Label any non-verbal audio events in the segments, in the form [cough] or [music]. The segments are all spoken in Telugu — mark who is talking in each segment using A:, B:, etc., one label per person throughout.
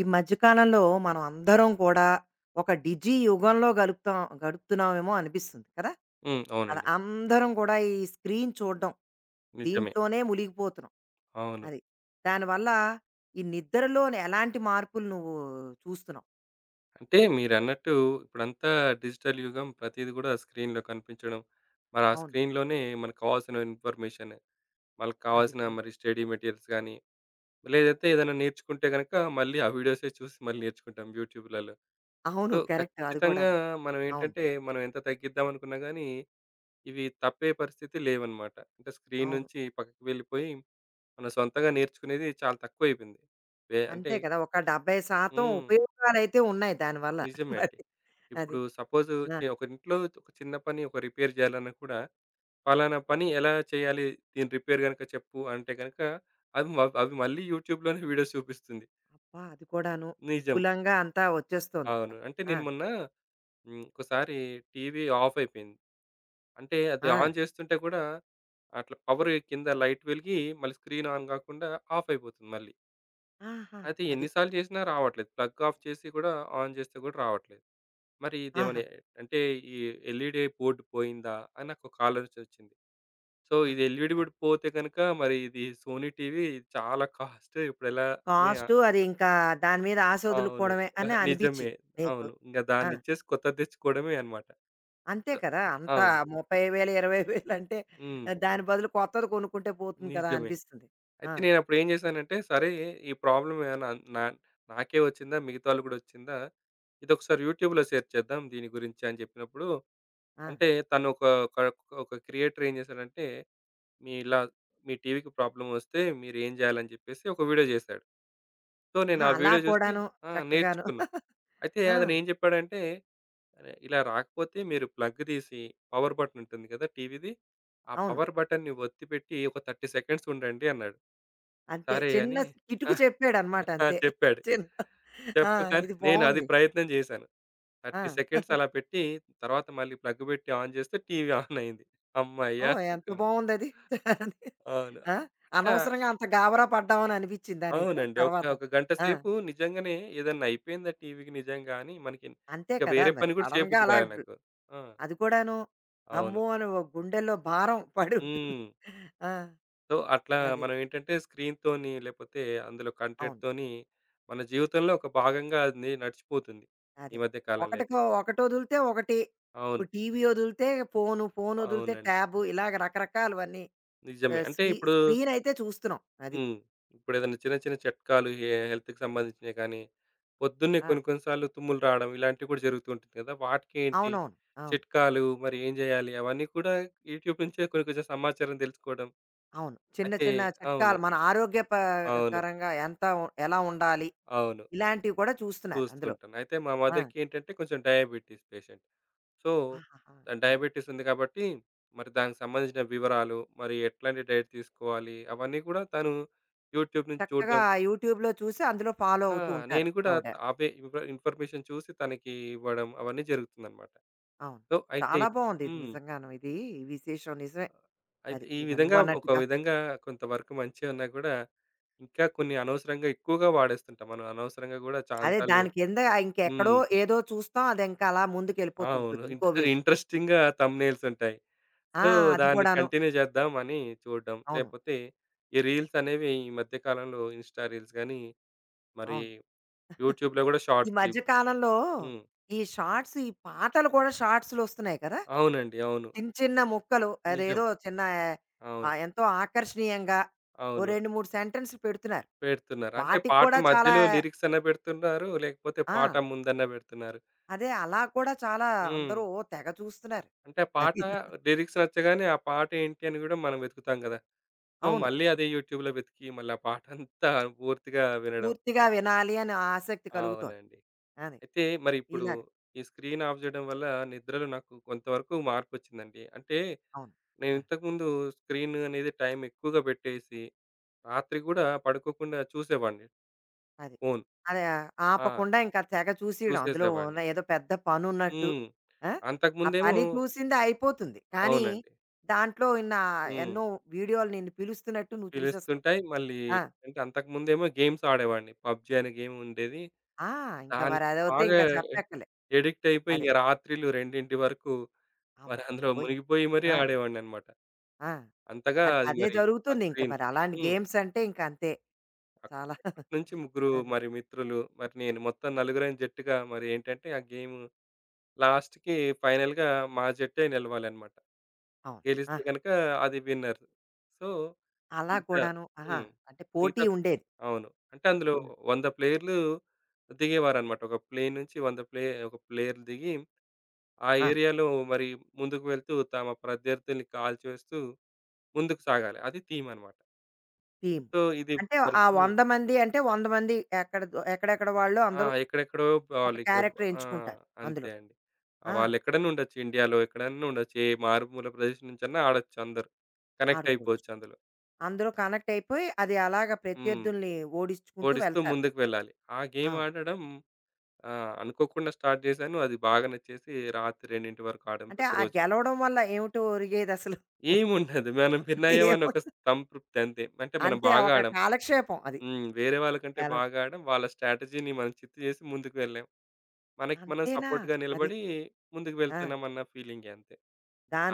A: ఈ మధ్య కాలంలో మనం అందరం కూడా ఒక యుగంలో గడుపుతున్నామేమో అనిపిస్తుంది కదా!
B: హ్మ్.
A: అలా
B: అవునండి.
A: అందరం కూడా ఈ స్క్రీన్ చూడడం,
B: నిజమే.
A: దీంట్లోనే మునిగిపోతున్నాం.
B: అవును.
A: అది. దానివల్ల ఈ నిద్రలోని ఎలాంటి మార్పులు నువ్వు చూస్తున్నావు?
B: అంటే మీరన్నట్టు ఇప్పుడంతా డిజిటల్ యుగం ప్రతీది గూడా స్క్రీన్‌లో కనిపించడం. మరి ఆ
A: అవును.
B: స్క్రీన్‌లోనే మనకు కావాల్సిన ఇన్ఫర్మేషన్, మనకు
A: అది
B: కావాల్సిన
A: కరెక్ట్.
B: మరి స్టడీ మెటీరియల్స్ గానీ, లేదైతే ఏదైనా నేర్చుకుంటే గనక మళ్ళీ ఆ వీడియోసే చూసి మళ్ళీ నేర్చుకుంటాం యూట్యూబ్‌లలో.
A: అవును.
B: So,
A: correct. అది
B: ఖచ్చితంగా
A: కూడాను.
B: మనం
A: అవును.
B: ఏంటంటే మనం ఎంత తగ్గిద్దాం అనుకున్నా గానీ, ఇవి తప్పే పరిస్థితి లేవన్నమాట. అంటే స్క్రీన్
A: అవును.
B: నుంచి పక్కకి వెళ్ళిపోయి, మనం సొంతంగా నేర్చుకునేది చాలా తక్కువైపోయింది. అంటే
A: అంతే కదా! ఒక 70%
B: హ్మ్.
A: ఉపయోగాలైతే ఉన్నాయి దానివల్ల.
B: నిజమే
A: [laughs] మరి
B: అండి.
A: అది.
B: ఇప్పుడు సపోజ్
A: ఆ!
B: ఒక ఇంట్లో ఒక చిన్న పని ఒక రిపేర్ చేయాలన్నా కూడా, పలానా పని ఎలా చేయాలి? దీని రిపేర్ గనుక చెప్పు అంటే గనుక, అవి మళ్ళీ యూట్యూబ్‌లోనే వీడియోస్ చూపిస్తుంది.
A: అబ్బా! అది కూడాను
B: నిజం.
A: విపులంగా అంతా వచ్చేస్తోందక్కడ.
B: అవును. అంటే
A: ఆ!
B: నేను మొన్న హ్మ్. ఒకసారి టీవీ ఆఫ్ అయిపోయింది. అంటే అది
A: ఆ!
B: ఆన్ చేస్తుంటే కూడా, అట్లా పవర్ కింద లైట్ వెలిగి మళ్ళీ స్క్రీన్ ఆన్ కాకుండా ఆఫ్ అయిపోతుంది మళ్ళీ.
A: ఆహా!
B: అయితే
A: అది.
B: ఎన్ని సార్లు చేసినా రావట్లేదు. ప్లగ్ ఆఫ్ చేసి కూడా ఆన్ చేస్తే కూడా రావట్లేదు. మరి
A: ఆహా!
B: ఇదేమని అంటే ఈ ఎల్ఈడీ బోర్డ్ పోయిందా అని నాకు ఒక ఆలోచన వచ్చింది. సో,
A: ఆహా!
B: ఇది ఎల్ఈడీ
A: అది.
B: బోర్డ్ పోతే గనుక మరి ఇది సోనీ టీవీ చాలా కాస్ట్ ఇప్పుడు ఎలా నే
A: కాస్టు అది ఇంకా దాని మీద ఆశ
B: అవును.
A: వదులుకోవడమే అని
B: నిజమే.
A: అనిపించింది మీకు.
B: అవును. ఇంక
A: ఆ!
B: దాన్నిచ్చేసి కొత్తది తెచ్చుకోవడమే అన్నమాట.
A: అంతే
B: సో
A: కదా! అంత
B: అవును.
A: 30,000, 20,000 అంటే
B: హ్మ్.
A: దాని బదులు కొత్తది కొనుక్కుంటే పోతుంది కదా!
B: నిజమే.
A: అనిపిస్తుంది. ఆ!
B: అయితే నేనప్పుడు ఏం చేశానంటే, సరే ఈ ప్రాబ్లమ్ ఏమైనా నా నాకే వచ్చిందా? మిగతా వాళ్ళకి గూడా వచ్చిందా? ఇదొకసారి యూట్యూబ్‌లో సెర్చ్ చేద్దాం దీని గురించి అని చెప్పినప్పుడు,
A: ఆ!
B: అంటే తను ఒక ఒక ఒక క్రియేటర్ ఏం చేశాడంటే మీ ఇలా మీ టీవీకి ప్రాబ్లమ్ వస్తే మీరేం జేయాలని జెప్పేసి ఒక వీడియో జేశాడు. సో, నేను
A: ఆహా!
B: ఆ
A: అలా
B: వీడియో జూసి
A: కూడాను
B: ఆ!
A: చక్కగాను.
B: నేర్చుకున్నా. అయితే
A: ఆ!
B: అతనేం జెప్పాడంటే, "అరె! ఇలా రాకపోతే మీరు ప్లగ్ దీసి పవర్ బటన్ ఉంటుంది గదా! టీవీది. ఆ
A: అవును.
B: పవర్ బటన్‌ని ఒత్తిపెట్టి ఒక 30 సెకండ్స్ ఉండండి" అన్నాడు.
A: అంతే
B: సరే
A: చిన్న
B: అని
A: స్ కిటుకు
B: [laughs]
A: చెప్పాడనమాట అంతే.
B: చెప్పాడు.
A: చిన్న ఆ!
B: చెప్పగానే
A: ఇది
B: నేను అది
A: బావుంది.
B: ప్రయత్నం జేశాను.
A: ఆ!
B: 30 సెకండ్స్ అలా పెట్టి తర్వాత మళ్ళీ ప్లగ్ బెట్టి ఆన్ జేస్తే టీవీ ఆన్ అయింది. హమ్మయ్య!
A: ఓహ్! ఎంత
B: అనుకున్నా.
A: బావుందది. [laughs]
B: అవును.
A: ఆ!
B: అట్లా
A: అనవసరంగా అంత గాబరా పడ్డామని అనిపిచ్చిందా నీకు
B: అవునండి.
A: తర్వాత?
B: ఒక గంట
A: ఆ!
B: సేపు నిజంగానే ఏదన్నా అయిపోయిందా టీవీకి నిజంగా అని మనకి
A: అంతే
B: ఇంక
A: కదా!
B: వేరే
A: మరి
B: పని కూడా
A: సడెన్‌గా
B: చేయబుద్ధి
A: అలా
B: కాలే
A: ఇప్పుడు
B: నాకు. ఆ!
A: అది కూడాను
B: అవును.
A: అమ్మో! అని ఓ గుండెల్లో భారం [laughs] పడి ఉంటుంది.
B: హ్మ్.
A: ఆ!
B: సో, అట్లా
A: అది.
B: మనం ఏంటంటే స్క్రీన్‌తోని లేపోతే అందులో
A: అవును.
B: కంటెంట్‌తోని మన జీవితంలో ఒక భాగంగా అది నడిచిపోతుంది. ఈ
A: అదే.
B: మధ్య కాలంలో అయితే.
A: ఒకటికో ఒకటొదిలితే ఒకటి.
B: అవును.
A: ఇప్పుడు టీవీ ఒదిలితే ఫోను, ఫోనొదిలితే
B: అవునండి.
A: ట్యాబు ఇలాగ రకరకాలువన్నీ.
B: నిజమే.
A: ఆహ్,
B: అంటే
A: స్క్రీ
B: ఇప్పుడు
A: స్క్రీనయితే చూస్తున్నాం. అది.
B: హ్మ్. ఇప్పుడేదైనా చిన్న చిన్న చిట్కాలు హెల్త్‌కి సంబంధించినయి కానీ, పొద్దున్నే
A: ఆ!
B: కొన్ని కొన్ని సార్లు తుమ్ములు రావడం ఇలాంటివి కూడా జరుగుతూ ఉంటుంది కదా! వాటికేంటి
A: అవునవును. అవును.
B: చిట్కాలు, మరి ఏం జేయాలి? అవన్నీ కూడా యూట్యూబ్ నుంచే కొన్ని కొంచెం సమాచారం తెలుసుకోవడం.
A: అవును. చిన్న
B: అయితే
A: చిన్న
B: అవును.
A: చిట్కాలు మన ఆరోగ్య ప
B: అవును.
A: కరంగా ఎంత ఎలా ఉండాలి?
B: అవును.
A: ఇలాంటివి కూడా చూస్తున్నారు
B: చూస్తూ
A: అందులో.
B: ఉంటాను. అయితే మా
A: ఆ!
B: మదర్‌కి ఏంటంటే కొంచెం డయాబెటిస్ పేషెంట్. సో,
A: ఆహాహా!
B: తను
A: అది.
B: డయాబెటిస్ ఉంది కాబట్టి, మరి దానికి సంబంధించిన వివరాలు, మరి ఎట్లాంటి డైట్ తీసుకోవాలి అవన్నీ కూడా తను యూట్యూబ్ నుంచి
A: చక్కగా
B: చూడడం
A: యూట్యూబ్‌లో చూసి అందులో ఫాలో
B: ఆ!
A: అవుతూ ఉంటారు
B: నేను కూడా
A: ఆవిడ.
B: అవే ఇన్ఫ ఇన్ఫర్మేషన్ చూసి తనకి ఇవ్వడం అవన్నీ జరుగుతుందన్నమాట.
A: అవును.
B: సో, అయితే
A: చాలా బావుంది ఇది
B: హ్మ్.
A: నిజంగాను. ఇది ఈ విశేషం నిజమే.
B: అయితే
A: అది
B: ఈ
A: ఇవ
B: విధంగా ఒక
A: నువ్వన్నట్టుగా.
B: విధంగా కొంతవరకు మంచే ఉన్నా కూడా, ఇంకా కొన్ని అనవసరంగా ఎక్కువగా వాడేస్తుంటాం. మనం అనవసరంగా కూడా చాలా
A: అదే
B: సార్లు
A: దాని కింద
B: హ్మ్.
A: ఇంకెక్కడో ఏదో చూస్తాం అది ఇంకా అలా ముందుకెళ్ళిపోతూ
B: అవును.
A: ఉంటుంది ఇంకో విషయం.
B: ఇంట్రెస్టింగ్‌గా థంబ్‌నెయిల్స్ ఉంటాయి.
A: ఆ!
B: సో,
A: అది
B: దాన్ని
A: కూడాను.
B: కంటిన్యూ చేద్దాం అని చూడడం.
A: అవును.
B: లేపోతే ఈ రీల్స్ అనేవి ఈ మధ్య కాలంలో ఇన్‌స్టా రీల్స్ గాని, మరి
A: అవును.
B: యూట్యూబ్‌లో కూడా
A: ఈ
B: షార్ట్స్
A: మధ్య
B: ఇవి
A: కాలంలో
B: హ్మ్.
A: ఈ షార్ట్స్, ఈ పాటలు కూడా షార్ట్స్‌లో వస్తున్నాయి కదా!
B: అవునండి. అవును.
A: చిన్న చిన్న ముక్కలు
B: నిజం.
A: అదేదో చిన్న
B: అవును.
A: ఆహ్, ఎంతో ఆకర్షణీయంగా ఓ
B: అవును.
A: 2, 3 సెంటెన్స్‌లు పెడుతున్నారు.
B: పెడుతున్నారు. అంటే
A: వాటికి
B: పాట
A: కూడా చాలా
B: మధ్యలో లిరిక్స్ అన్నా పెడుతున్నారు. లేకపోతే పాట
A: ఆ!
B: ముందన్నా పెడుతున్నారు.
A: అదే అలా కూడా చాలా
B: హ్మ్.
A: అందరూ తెగ చూస్తున్నారు.
B: అంటే ఆ పాట
A: అది
B: లిరిక్స్ నచ్చగానే ఆ పాట ఏంటి అని గూడా మనం వెతుకుతాం గదా! సో,
A: అవును.
B: మళ్ళీ అదే యూట్యూబ్‌లో వెతికి మళ్ళీ ఆ పాటంతా పూర్తిగా వినడం.
A: పూర్తిగా వినాలి అని ఆసక్తి కలుగుతోంది.
B: అవునండి.
A: అది.
B: అయితే మరి ఇప్పుడు
A: ఇలాగ.
B: ఈ స్క్రీన్ ఆఫ్ జేయడం వల్ల నిద్రలో నాకు కొంతవరకు మార్పొచ్చిందండి. అంటే
A: అవును.
B: నేను
A: ఆ!
B: ఇంతకుముందు స్క్రీన్ అనేది టైం ఎక్కువగా పెట్టేసి రాత్రి గూడా పడుకోకుండా చూసేవాడిని
A: అది.
B: ఫోను.
A: అది ఆ-
B: ఆ!
A: ఆపకుండా ఇంకా తెగ చూసేయడం. అందులో
B: చూసేసేవాడిని.
A: ఉన్న ఏదో పెద్ద పనున్నట్టు.
B: హ్మ్.
A: ఆ! ఆ
B: అంతకుముందేమో
A: పని చూసిందే అయిపోతుంది. కానీ,
B: అవునండి.
A: దాంట్లో ఇన్నా
B: హ్మ్.
A: ఎన్నో వీడియోలు నిన్ను పిలుస్తున్నట్టు నువ్వు చూసేస్తావు.
B: పిలుస్తుంటాయి. మళ్ళీ
A: ఆ!
B: అంటే అంతకుముందేమో గేమ్స్ ఆడేవాడిని. 'పబ్‌జీ' అనే గేమ్ ఉండేది.
A: ఆ! ఇంకా మరి
B: దానికి
A: అదవుతే
B: బాగా
A: ఇంకా చెప్పక్కర్లే.
B: ఎడిక్ట్ అయిపోయి
A: అదే.
B: ఇంక రాత్రిళ్ళు 2 వరకు
A: అమ్మ
B: మరి అందులో
A: బాబోయ్!
B: మునిగిపోయి మరీ
A: ఆ!
B: ఆడేవాడినన్నమాట.
A: ఆ!
B: అంతగా అది
A: అదే
B: మరి ఆ
A: జరుగుతుంది ఇంక
B: స్క్రీన్.
A: మరి. అలాంటి
B: హ్మ్.
A: గేమ్స్ అంటే ఇంక అంతే.
B: అక్
A: చాలా
B: అప్పటినుంచి
A: [laughs]
B: ముగ్గురు
A: అదే.
B: మరి మిత్రులు, మరి నేను మొత్తం నలుగురం జట్టుగా మరి ఏంటంటే ఆ గేమ్ లాస్ట్‌కి ఫైనల్‌గా మా జట్టే నిలవాలన్నమాట.
A: అవును.
B: గెలిస్తే
A: ఆహా!
B: గనుక అది విన్నర్. సో
A: అలా
B: ఇంకా
A: కూడాను. ఆహా!
B: హ్మ్.
A: అంటే పోటీ
B: మిగతా
A: ఉండేది.
B: అవును. అంటే అందులో
A: హ్మ్.
B: 100 ప్లేయర్లు దిగేవారన్నమాట. ఒక ప్లేన్ నుంచి 100 ప్లే ఒక ప్లేయర్లు దిగి, ఆ
A: ఆ!
B: ఏరియాలో మరి ముందుకు వెళ్తూ తమ ప్రత్యర్థుల్ని కాల్చివేస్తూ ముందుకు సాగాలి. అది థీమ్ అన్నమాట.
A: టీమ్.
B: సో, ఇది
A: అంటే
B: మరి
A: ఆ
B: హ్మ్.
A: 100 మంది అంటే 100 మంది ఎక్కడ ఎక్కడెక్కడ వాళ్ళు
B: ఆ!
A: అందరూ
B: ఎక్కడెక్కడో
A: ఒక
B: వాళ్ళు ఇక్కడ
A: క్యారెక్టర్
B: ఆ!
A: ఎంచుకుంటారు అందులో.
B: అంతే అండి.
A: ఆ!
B: వాళ్ళెక్కడైనా ఉండొచ్చు. ఇండియాలో ఎక్కడైనా ఉండొచ్చు. ఏ మారుమూల ప్రదేశం నుంచన్నా ఆడొచ్చు అందరూ. కనెక్ట్
A: ఆడుకోవచ్చు.
B: అయిపోవచ్చు అందులో.
A: అందులో కనెక్ట్ అయిపోయి అది అలాగ
B: హ్మ్.
A: ప్రత్యర్థుల్ని ఓడించుకుంటూ
B: ఓడిస్తూ
A: వెళ్తారు.
B: ముందుకు వెళ్ళాలి. ఆ గేమ్
A: అవును.
B: ఆడడం ఆ! అనుకోకుండా స్టార్ట్ చేశాను. అది బాగా నచ్చేసి రాత్రి 2:00 వరకు ఆడాం
A: అంటే ఆ
B: ప్రతిరోజు.
A: గెలవడం వల్ల ఏమిటో ఒరిగేదసలు?
B: ఏముండదు. మనం విన్నయ్యామని
A: ఏముం
B: ఒక సంతృప్తి అంతే. అంటే మనం
A: అంతే
B: బాగా
A: ఒక
B: ఆడాం.
A: కాలక్షేపం అది
B: హ్మ్. వేరే వాళ్ళకంటే
A: గెలవడం.
B: బాగా ఆడాం. వాళ్ళ స్ట్రాటజీని మనం చిత్తు చేసి ముందుకు వెళ్ళాం. మనకి మనం
A: అంతేనా?
B: సపోర్ట్‌గా
A: అది.
B: నిలబడి ముందుకు
A: ఆ!
B: వెళ్తున్నామన్న ఫీలింగే అంతే.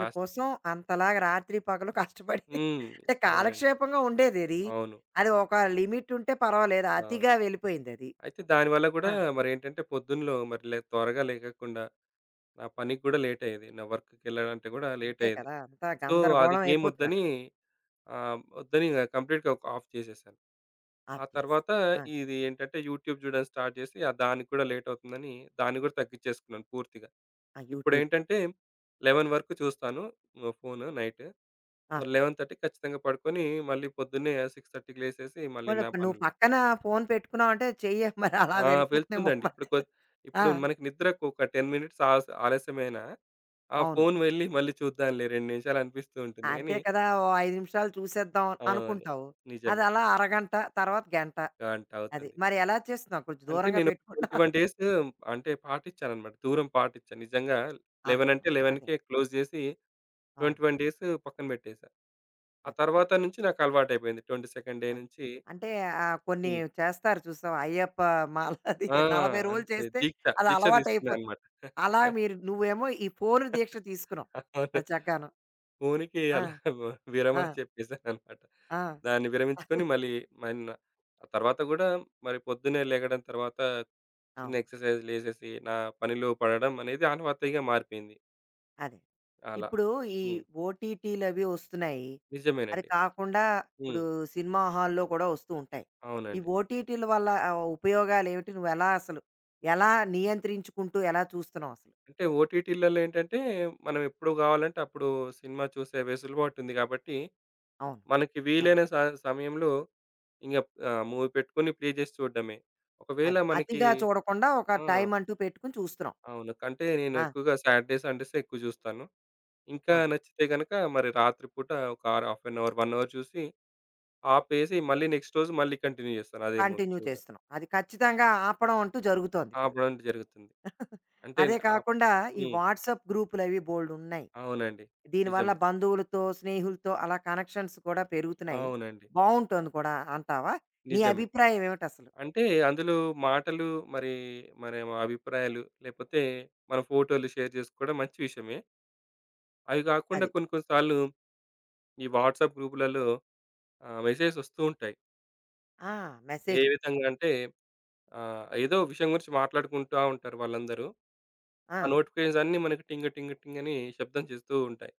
B: లాస్ట్‌కి.
A: అంతలాగా రాత్రి పగలు కష్టపడి [laughs]
B: హ్మ్.
A: అంటే
B: అవునండి.
A: కాలక్షేపంగా ఉండేది అది.
B: అవును.
A: అది ఒక లిమిట్ ఉంటే పర్వాలేదు.
B: అవును.
A: అతిగా వెళ్ళిపోయింది అది.
B: అయితే దానివల్ల కూడా
A: ఆ!
B: మరేంటంటే పొద్దున్నలో మరి త్వరగా లెగకుండా నా పనికి కూడా లేట్ అయ్యేది. నా వర్క్‌కెళ్ళాలంటే గూడా లేట్
A: అంతే
B: అయ్యేది.
A: కదా! అంతా
B: సో, అది
A: గందరగోళం
B: గేమ్
A: అయిపోతుంది
B: ఒద్దని
A: అక్కడ.
B: ఒద్దని ఇగ కంప్లీట్‌గా ఒక ఆఫ్ చేసేసాను. ఆ
A: ఆఫ్ చేసి.
B: తర్వాత
A: ఆ!
B: ఇది ఏంటంటే యూట్యూబ్ జూడడం స్టార్ట్ జేసి దానికి కూడా లేట్ అవుతుందని దాన్ని గూడా తగ్గిచ్చేసుకున్నాను పూర్తిగా.
A: ఆ యూట్యూబ్.
B: ఇప్పుడేంటంటే 11 వరకు చూస్తాను ఫోను నైట్.
A: ఆ!
B: మరి 11:30కి ఖచ్చితంగా పడుకొని మళ్ళీ పొద్దున్నే 6:30కి లేసేసి మళ్ళీ
A: పోనీ
B: నా
A: ఇప్పుడు నువ్వు
B: పనులు
A: పక్కన ఫోన్ పెట్టుకున్నావంటే చెయ్యి మరి అలా
B: ఆ!
A: వెళ్ళిపోతుందేమో
B: వెళ్తుందండి. ఇప్పుడు
A: మరి. ఆ!
B: ఇప్పుడు మనకి నిద్రకు ఒక 10 మినిట్స్ ఆలస్యమైనా ఆ
A: అవును.
B: ఫోన్ వెళ్ళి మళ్ళీ చూద్దాంలే 2 నిమిషాలు అనిపిస్తూ ఉంటుంది
A: అంతే
B: గానీ
A: కదా! ఓ 5 నిమిషాలు చూసేద్దాం
B: అవును.
A: అనుకుంటావు. అది
B: నిజమే.
A: అలా అరగంట, తర్వాత గంట.
B: గంట
A: అది.
B: అవుతుంది.
A: మరి ఎలా చేస్తున్నావు? కొంచెం
B: అంటే
A: దూరంగా
B: నేను
A: పెట్టుకుంటా
B: 21 డేస్ అంటే పాటిచ్చానన్నమాట. దూరం పాటిచ్చా. నిజంగా 11
A: ఆహాహా!
B: అంటే
A: అదే.
B: 11కే క్లోజ్ జేసి
A: అవును.
B: 21 డేస్ పక్కన బెట్టేసా. ఆ
A: అది.
B: తర్వాత నుంచి నాకు అలవాటయిపోయింది. 22 డే
A: అది.
B: నుంచి
A: అంటే ఆహ్, కొన్ని
B: హ్మ్.
A: చేస్తారు చూసావా? అయ్యప్ప మాల [laughs] అది
B: ఆ!
A: 40 రోజులు
B: అంతే.
A: చేస్తే అది
B: దీక్ష తీసుకున్నా
A: అలవాటయిపోతుంది.
B: అన్నమాట.
A: అలా మీరు నువ్వేమో ఈ ఫోను దీక్ష తీసుకున్నావు.
B: [laughs]
A: ఆ!
B: అవును.
A: చక్కాను.
B: ఫోనుకి
A: ఆ!
B: అలా
A: ఆ!
B: విరమణ చెప్పేసాననమాట.
A: ఆ!
B: దాన్ని విరమించుకొని మళ్ళీ మన్న ఆ తర్వాత గూడా మరి పొద్దున్నే లెగడం తర్వాత చిన్న
A: అవును.
B: ఎక్సర్‌సైజ్ లేసేసి నా పనిలో పడడం అనేది ఆనవాయితీగా మారిపోయింది.
A: అదే.
B: అలా.
A: ఇప్పుడు ఈ
B: హ్మ్.
A: ఓటీటీలవి ఒస్తున్నాయి. అది
B: నిజమేనండి.
A: కాకుండా ఇప్పుడు
B: హ్మ్.
A: సినిమా హాల్‌లో కూడా ఒస్తూ ఉంటాయి. ఈ
B: అవునండి.
A: ఓటీటీల వల్ల ఆహ్, ఉపయోగాలేమిటి? నువ్వెలా అసలు ఎలా నియంత్రించుకుంటూ ఎలా చూస్తున్నావసలు?
B: అంటే ఓటీటీలలో ఏంటంటే మనం ఎప్పుడు గావాలంటే అప్పుడు సినిమా చూసే వెసులుబాటు ఉంది గాబట్టి,
A: అవును.
B: మనకి
A: అది.
B: వీలైన సమయంలో ఇంగ మూవీ పెట్టుకొని ప్లే జేసి చూడడమే. ఒకవేళ
A: అది.
B: మనకి
A: అతిగా చూడకుండా ఒక
B: ఆ!
A: టైమ్ అంటూ పెట్టుకొని చూస్తున్నాం.
B: అవును. అంటే నేను
A: ఆ!
B: ఎక్కువగా సాటర్‌డే, సండేసే ఎక్కువ చూస్తాను. ఇంకా
A: ఆ!
B: నచ్చితే గనక మరి రాత్రి పూట ఒక or half an hour, 1 hour చూసి ఆపేసి మళ్ళీ నెక్స్ట్ రోజు మళ్ళీ కంటిన్యూ చేస్తాను అదే మూవీ
A: కంటిన్యూ
B: చూడడం.
A: చేస్తున్నాం. అది ఖచ్చితంగా ఆపడం అంటూ జరుగుతోందిప్పుడు.
B: ఆపడం జరుగుతుంది.
A: [laughs]
B: అంటే
A: అదే
B: ఆహ్,
A: కాకుండా ఈ
B: హ్మ్.
A: వాట్సాప్ గ్రూపులవి బోలెడున్నాయి.
B: అవునండి.
A: దీనివల్ల
B: నిజమే.
A: బంధువులతో, స్నేహితులతో అలా కనెక్షన్స్ కూడా పెరుగుతున్నాయి.
B: అవునండి.
A: బావుంటోంది కూడా అంటావా? నీ
B: నిజమే.
A: అభిప్రాయం ఏమిటసలు?
B: అంటే అందులో మాటలు మరి మరి మా అభిప్రాయాలు లేపోతే మన ఫోటోలు షేర్ చేసుకోవడం మంచి విషయమే. అవి కాకుండా
A: అది.
B: కొన్ని కొన్ని సార్లు ఈ వాట్సాప్ గ్రూపులలో మెసేజెస్ వస్తూ ఉంటాయి.
A: ఆ!
B: ఏ
A: మెసేజ్‌లు.
B: విధంగా
A: అది.
B: అంటే ఆ! ఏదో విషయం గురించి మాట్లాడుకుంటా ఉంటారు వాళ్ళందరూ.
A: ఆ!
B: ఆ నోటిఫికేషన్స్ అన్నీ మనకి టింగ్ టింగ్ టింగ్ అని శబ్దం చేస్తూ ఉంటాయి.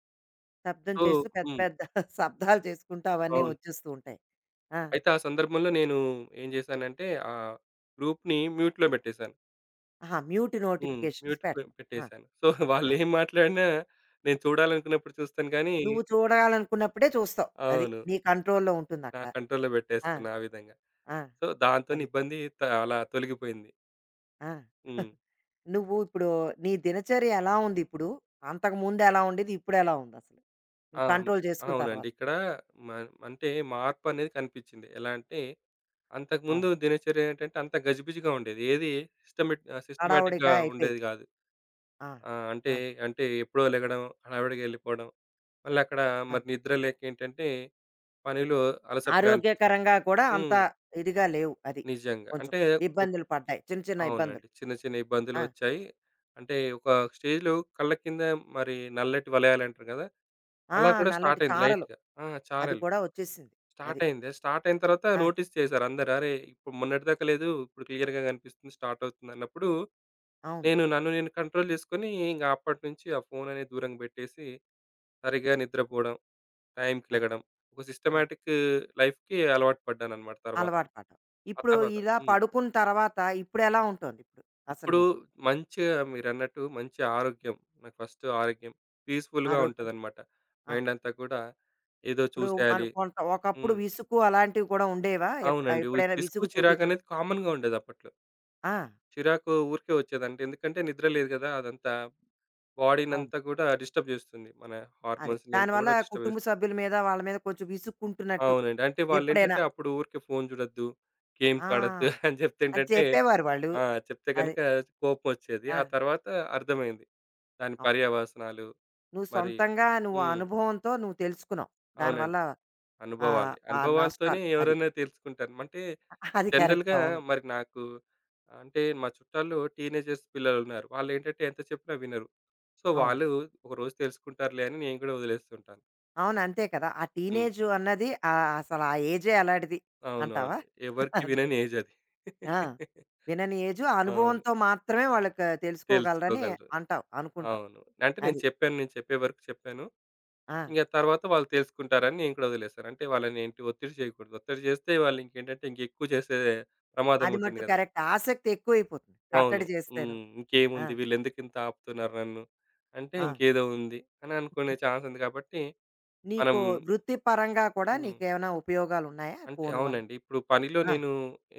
A: శబ్దం
B: సో
A: చేస్తూ పెద్ద
B: హ్మ్.
A: పెద్ద [laughs] శబ్దాలు చేసుకుంటూ అవన్నీ
B: అవును.
A: వచ్చేస్తూ ఉంటాయి. ఆ!
B: అయితే ఆ సందర్భంలో నేను ఏం చేశానంటే ఆహ్, గ్రూప్‌ని మ్యూట్‌లో పెట్టేశాను.
A: ఆహా! మ్యూట్
B: హ్మ్.
A: నోటిఫికేషన్స్
B: మ్యూట్
A: పెడతాం. ఆ! అది.
B: పెట్టేశాను. సో [laughs] వాళ్ళేం మాట్లాడినా నేను చూడాలనుకున్నప్పుడు చూస్తాను కానీ
A: నువ్వు చూడాలనుకున్నప్పుడే చూస్తావు. అది.
B: అవును.
A: నీ కంట్రోల్‌లో
B: నా
A: ఉంటుందక్కడ.
B: కంట్రోల్‌లో
A: ఆ!
B: పెట్టేసుకున్నా ఆ విధంగా.
A: ఆ!
B: సో దాంతోని
A: అది.
B: ఇబ్బంది అలా తొలగిపోయింది.
A: ఆ!
B: హ్మ్.
A: [laughs] నువ్వు ఇప్పుడు నీ దినచర్య ఎలా ఉంది ఇప్పుడు? అంతకుముందు ఎలా ఉండేది? ఇప్పుడెలా ఉందసలు?
B: ఆ!
A: నువ్వు కంట్రోల్ చేసుకున్న
B: అవునండి.
A: తర్వాత.
B: ఇక్కడ మ అంటే మార్పనేది కనిపించింది. ఎలా అంటే అంతకుముందు
A: అవును.
B: దినచర్య ఏంటంటే అంత గజిబిజిగా ఉండేది. ఏది సిస్టమాటిక్‌గా
A: హడావుడిగా
B: ఉండేది
A: అయిపోయింది.
B: గాదు.
A: ఆ!
B: ఆ! అంటే,
A: అది.
B: అంటే ఎప్పుడో లెగడం, హడావిడిగా ఎళ్ళిపోవడం. మళ్ళీ అక్కడ
A: ఆ!
B: మరి నిద్ర లేక ఏంటంటే పనిలో అలసటగా అనిపించడం.
A: ఆరోగ్యకరంగా కూడా అంత
B: హ్మ్.
A: ఇదిగా లేవు. అది.
B: నిజంగా.
A: కొంచెం
B: అంటే ఒక్
A: ఇబ్బందులు పడ్డాయి. చిన్న చిన్న ఇబ్బందులు.
B: అవునండి. చిన్న చిన్న ఇబ్బందులు
A: ఆ!
B: వచ్చాయి. అంటే ఒక స్టేజ్‌లో కళ్ళ కింద మరి నల్లటి వలయాలు అంటారు గదా!
A: ఆ!
B: అలా కూడా
A: నల్లటి
B: స్టార్ట్ అయింది
A: చారలు.
B: లైట్‌గా. ఆ!
A: అది
B: చారలు.
A: కూడా వచ్చేసింది. అది.
B: స్టార్ట్ అయింది. స్టార్ట్ అయిన తర్వాత
A: ఆ!
B: నోటీస్ చేశారు అందరూ. అరే! ఇప్పుడు మొన్నటిదాకా లేదు. ఇప్పుడు క్లియర్‌గా కనిపిస్తుంది. స్టార్ట్ అవుతుంది అన్నప్పుడు
A: అవును.
B: నేను నన్ను నేను కంట్రోల్ చేసుకొని ఇంక అప్పటినుంచి ఆ ఫోన్ అనేది దూరంగా పెట్టేసి, సరిగ్గా నిద్రపోవడం, టైంకి
A: అది.
B: లెగడం, ఒక
A: ఆ!
B: సిస్టమాటిక్ లైఫ్‌కి అలవాటు పడ్డానన్నమాట తర్వాత.
A: అలవాటు పడ్డావు.
B: ఆ
A: ఇప్పుడు
B: తర్వాత
A: ఇలా
B: హ్మ్.
A: పడుకున్న తర్వాత ఇప్పుడెలా ఉంటోంది ఇప్పుడు అసలు
B: ఇప్పుడు
A: నీకు?
B: మంచిగా మీరన్నట్టు మంచి ఆరోగ్యం నాకు ఫస్ట్ ఆరోగ్యం పీస్‌ఫుల్‌గా
A: ఆరోగ్యం
B: ఉంటదన్నమాట.
A: ఆ!
B: మైండ్ అంతా కూడా ఏదో
A: ఇప్పుడు అను
B: చూసేయాలి
A: కొంత ఒకప్పుడు
B: హ్మ్.
A: విసుగు అలాంటివి కూడా ఉండేవా?
B: అవునండి.
A: ఎప్పుడైనా
B: విసుగు,
A: విసుగు
B: చిరాకు
A: చూపించడం?
B: అనేది కామన్‌గా ఉండేది అప్పట్లో.
A: ఆ!
B: చిరాకు ఊరికే వచ్చేదండి. ఎందుకంటే నిద్ర లేదు గదా! అదంతా
A: అవును.
B: బాడీ‌నంతా గూడా డిస్టర్బ్ జేస్తుంది. మన
A: అదే.
B: హార్మోన్స్‌నంతా
A: దానివల్ల
B: గూడా డిస్టర్బ్
A: కుటుంబ
B: జేస్తుంది.
A: సభ్యుల మీద, వాళ్ళ మీద కొంచెం విసుక్కుంటున్నట్టు
B: అవునండి. అంటే
A: ఎప్పుడైనా
B: వాళ్ళేంటంటే అప్పుడు ఊరికే ఫోను జూడొద్దు, గేమ్స్ ఆడొద్దు
A: ఆ!
B: [laughs] అని
A: అది
B: జెప్తేంటంటే
A: చెప్పేవారు వాళ్ళు.
B: ఆ! చెప్తే
A: అది.
B: గనుక కోపమొచ్చేది.
A: ఆ!
B: ఆ తర్వాత అర్థమైంది. దాని
A: అవును.
B: పర్యవసనాలు
A: నువ్వు
B: మరి
A: సొంతంగా నువ్వు
B: హ్మ్.
A: అనుభవంతో నువ్వు తెలుసుకున్నావు. దానివల్ల
B: అవునండి.
A: ఆహ్,
B: అనుభవాలే.
A: ఆ
B: అనుభవాలతోనే
A: నష్టాలు అది.
B: ఎవరైనా తెలుసుకుంటారు. అంటే
A: అది కరెక్ట్.
B: జనరల్‌గా
A: అవును.
B: మరి నాకు అంటే మా చుట్టాల్లో టీనేజర్స్ పిల్లలున్నారు. వాళ్ళేంటంటే ఎంత చెప్పినా వినరు. సో,
A: అవును.
B: వాళ్ళు ఒకరోజు తెలుసుకుంటారులే అని నేను కూడా వదిలేస్తుంటాను.
A: అవును. అంతే కదా! ఆ
B: హ్మ్.
A: టీనేజు అన్నది ఆహ్, అసలు ఆ ఏజే అలాంటిది అంటావా?
B: అవునవును. ఎవరికీ
A: అది.
B: వినని ఏజ్ అది.
A: ఆ!
B: [laughs]
A: వినని ఏజు. ఆ
B: అవును.
A: అనుభవంతో మాత్రమే వాళ్ళకి తెలుసుకోగలరని
B: తెలుసుకోగలరు.
A: అంటావు. అనుకుంటాం.
B: అవును. అంటే నేను
A: అది.
B: చెప్పాను. నేను చెప్పే వరకు చెప్పాను.
A: ఆ!
B: ఇంక తర్వాత వాళ్ళు తెలుసుకుంటారని నేను కూడా వదిలేసాను. అంటే వాళ్ళనేంటి ఒత్తిడి చేయకూడదు. ఒత్తిడి చేస్తే వాళ్ళు ఇంకేంటంటే ఇంకెక్కువ చేసే ప్రమాదం
A: అది
B: ఉంటుంది
A: మట్టు
B: కదా!
A: కరెక్ట్. ఆసక్తి ఎక్కువైపోతుంది.
B: అవును.
A: కట్టడి చేస్తేను.
B: హ్మ్.
A: ఆ!
B: ఇంకేముంది వీళ్ళెందుకింత ఆపుతున్నారు నన్ను? అంటే
A: ఆ!
B: ఇంకేదో ఉంది అని అనుకునే ఛాన్స్ ఉంది కాబట్టి మనం
A: నీకు వృత్తిపరంగా కూడా
B: హ్మ్.
A: నీకేమైనా ఉపయోగాలున్నాయా
B: అంటే
A: ఫోను వల్ల?
B: అవునండి. ఇప్పుడు పనిలో
A: ఆ!
B: నేను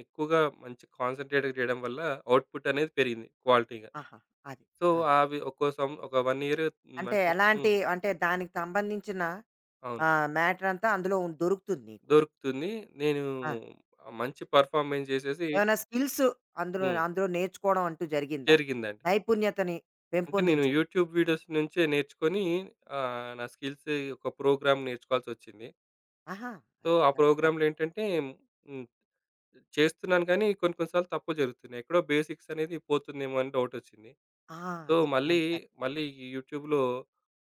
B: ఎక్కువగా మంచి కాన్సంట్రేట్ చేయడం వల్ల అవుట్‌పుట్ అనేది పెరిగింది క్వాలిటీగా.
A: ఆహా! అది.
B: సో,
A: అది.
B: అవి ఒక్కో సం ఒక 1 ఇయర్ హ్మ్.
A: అంటే
B: అంటే
A: ఎలాంటి
B: హ్మ్.
A: అంటే దానికి సంబంధించిన
B: అవును.
A: ఆహ్, మ్యాటర్ అంతా అందులో దొరుకుతుంది నీకు.
B: దొరుకుతుంది. నేను
A: ఆ!
B: మంచి పెర్ఫార్మెన్స్ చేసేసి
A: ఏమైనా స్కిల్స్ అందులో
B: హ్మ్.
A: అందులో నేర్చుకోవడం అంటూ జరిగిందా?
B: జరిగిందండి.
A: నైపుణ్యతని
B: అంటే నేను
A: పెంపొందించుకుంది.
B: యూట్యూబ్ వీడియోస్ నుంచే నేర్చుకొని నా స్కిల్స్ ఒక ప్రోగ్రామ్ నేర్చుకోవాల్సొచ్చింది.
A: ఆహా!
B: సో,
A: అది
B: ఆ
A: చక్కగా.
B: ప్రోగ్రామ్‌లో ఏంటంటే హ్మ్. చేస్తున్నాను కానీ కొన్ని కొన్ని సార్లు తప్పులు జరుగుతున్నాయి. ఎక్కడో బేసిక్స్ అనేది పోతుందేమో అని డౌటొచ్చింది.
A: ఆ!
B: సో,
A: అది. అందుకని.
B: మళ్ళీ ఈ యూట్యూబ్‌లో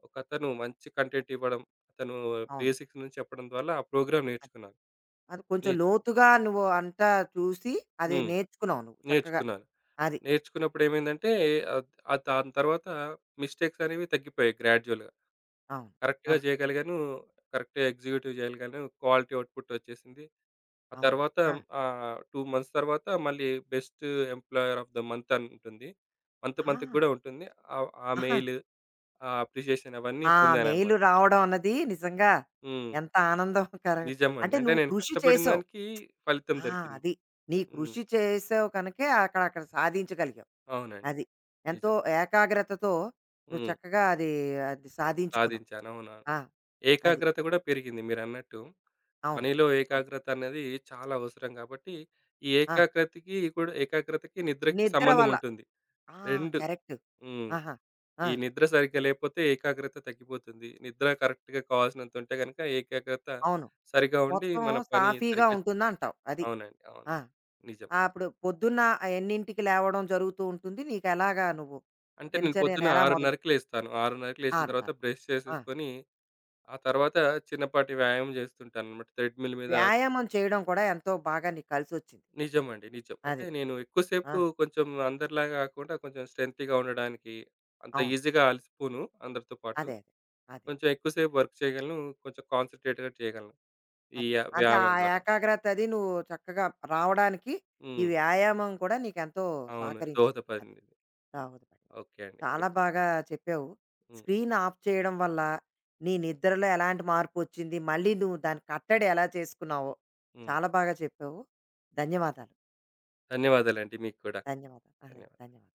B: ఒకతను మంచి కంటెంట్ ఇవ్వడం, అతను
A: అవును.
B: బేసిక్స్ నుంచి చెప్పడం ద్వారా ఆ ప్రోగ్రామ్
A: అది.
B: నేర్చుకున్నాను.
A: అది కొంచెం
B: నేర్చు
A: లోతుగా నువ్వు అంతా చూసి అదే
B: హ్మ్.
A: నేర్చుకున్నావు నువ్వు చక్కగా.
B: నేర్చుకున్నాను.
A: అది.
B: నేర్చుకున్నప్పుడు ఏమైందంటే ఆహ్, ఆహ్, దాని తర్వాత మిస్టేక్స్ అనేవి తగ్గిపోయాయి గ్రాడ్యుయల్‌గా.
A: అవును.
B: కరెక్ట్‌గా
A: ఆహా!
B: చేయగలిగాను. కరెక్ట్‌గా ఎగ్జిక్యూటివ్ చేయగలిగాను. క్వాలిటీ అవుట్‌పుట్ వచ్చేసింది. ఆ
A: అవునా?
B: తర్వాత
A: ఆ!
B: 2 మంత్స్ తర్వాత మళ్ళీ best employer of the month అని ఉంటుంది. మంత్ మంత్‌కి
A: ఆ!
B: గూడా ఉంటుంది. ఆ
A: ఆహా!
B: మెయిల్, ఆ అప్రిషియేషన్ అవన్నీ
A: ఆ మెయిల్
B: పొందానన్నమాట.
A: రావడం అన్నది నిజంగా
B: హ్మ్.
A: ఎంత ఆనందకర
B: నిజమండి.
A: అంటే
B: అంటే
A: నువ్వు
B: నేను
A: కృషి
B: కష్టపడిన
A: చేసావు.
B: దానికి ఫలితం
A: ఆ!
B: దొరికింది.
A: అది. నీ
B: హ్మ్.
A: కృషి చేసావు కనుకే అక్కడ అక్కడ సాధించగలిగావు.
B: అవునండి.
A: అది. ఎంతో
B: నిజం.
A: ఏకాగ్రతతో నువ్వు
B: హ్మ్.
A: చక్కగా అది, అది సాధించుకున్నావు.
B: సాధించాను. అవునా!
A: ఆ! అది.
B: ఏకాగ్రత గూడా పెరిగింది మీరన్నట్టు.
A: అవును.
B: పనిలో
A: ఆ!
B: ఏకాగ్రత అనేది చాలా అవసరం గాబట్టి, ఈ
A: ఆ!
B: ఏకాగ్రతకి కూడా ఏకాగ్రతకి నిద్రకి
A: నిద్ర
B: సంబంధం
A: వల్ల.
B: ఉంటుంది.
A: ఆ!
B: 2
A: కరెక్ట్.
B: హ్మ్.
A: ఆహా! ఆ!
B: ఈ నిద్ర సరిగ్గా లేకపోతే ఏకాగ్రత తగ్గిపోతుంది. నిద్ర కరెక్ట్‌గా కావాల్సినంత ఉంటే గనుక ఏకాగ్రత
A: అవును.
B: సరిగ్గా ఉండి
A: మొత్తం
B: మన పని
A: సాఫీగా
B: సరిగ్గా
A: ఉంటుందంటావు. అది.
B: అవునండి. అవును.
A: ఆ!
B: నిజం.
A: ఆ, అప్పుడు పొద్దున్న ఎన్నింటికి లేవడం జరుగుతూ ఉంటుంది? నీకెలాగా నువ్వు
B: అంటే నేను
A: దినచర్యను
B: పొద్దున్న
A: ఎలా మొదలు
B: 6:30కి లేస్తాను. 6:30కి లేసిన తర్వాత
A: 6:30
B: బ్రష్
A: ఆ!
B: చేసేసుకొని, ఆ తర్వాత చిన్నపాటి వ్యాయామం చేస్తుంటానన్నమాట. థ్రెడ్‌మిల్ మీద
A: వ్యాయామం చేయడం కూడా ఎంతో బాగా నీకు కలిసొచ్చింది.
B: నిజమండి. నిజం. అంటే
A: అది.
B: నేను ఎక్కువసేపు
A: ఆ!
B: కొంచెం అందరిలాగా కాకుండా కొంచెం స్ట్రెంగ్తీగా ఉండడానికి అంత
A: అవును.
B: ఈజీగా అలసిపోను అందరితో పాటు.
A: అదే. అదే. అదే.
B: కొంచెం ఎక్కువసేపు వర్క్ చేయగలను. కొంచెం కాన్సంట్రేట్‌గా చేయగలను. ఈ
A: అదే.
B: య
A: అంటే ఆ
B: వ్యాయామం ద్వారా.
A: ఏకాగ్రత అది నువ్వు చక్కగా రావడానికి ఈ
B: హ్మ్.
A: వ్యాయామం కూడా నీకెంతో
B: అవును.
A: సహకరించింది. అది.
B: దోహదపడింది.
A: నా ఉద్దేశం.
B: ఓకే అండి.
A: చాలా
B: యాహ్!
A: బాగా చెప్పావు.
B: హ్మ్.
A: స్క్రీన్ ఆఫ్ చేయడం వల్ల నీ నిద్రలో ఎలాంటి మార్పొచ్చింది? మళ్ళీ నువ్వు దాని కట్టడి ఎలా చేసుకున్నావో
B: హ్మ్.
A: చాలా బాగా చెప్పావు. ధన్యవాదాలు.
B: ధన్యవాదాలండి మీకు కూడా.
A: ధన్యవాదాలు. అదే.
B: ధన్యవాదాలు.
A: ధన్యవాదాలు.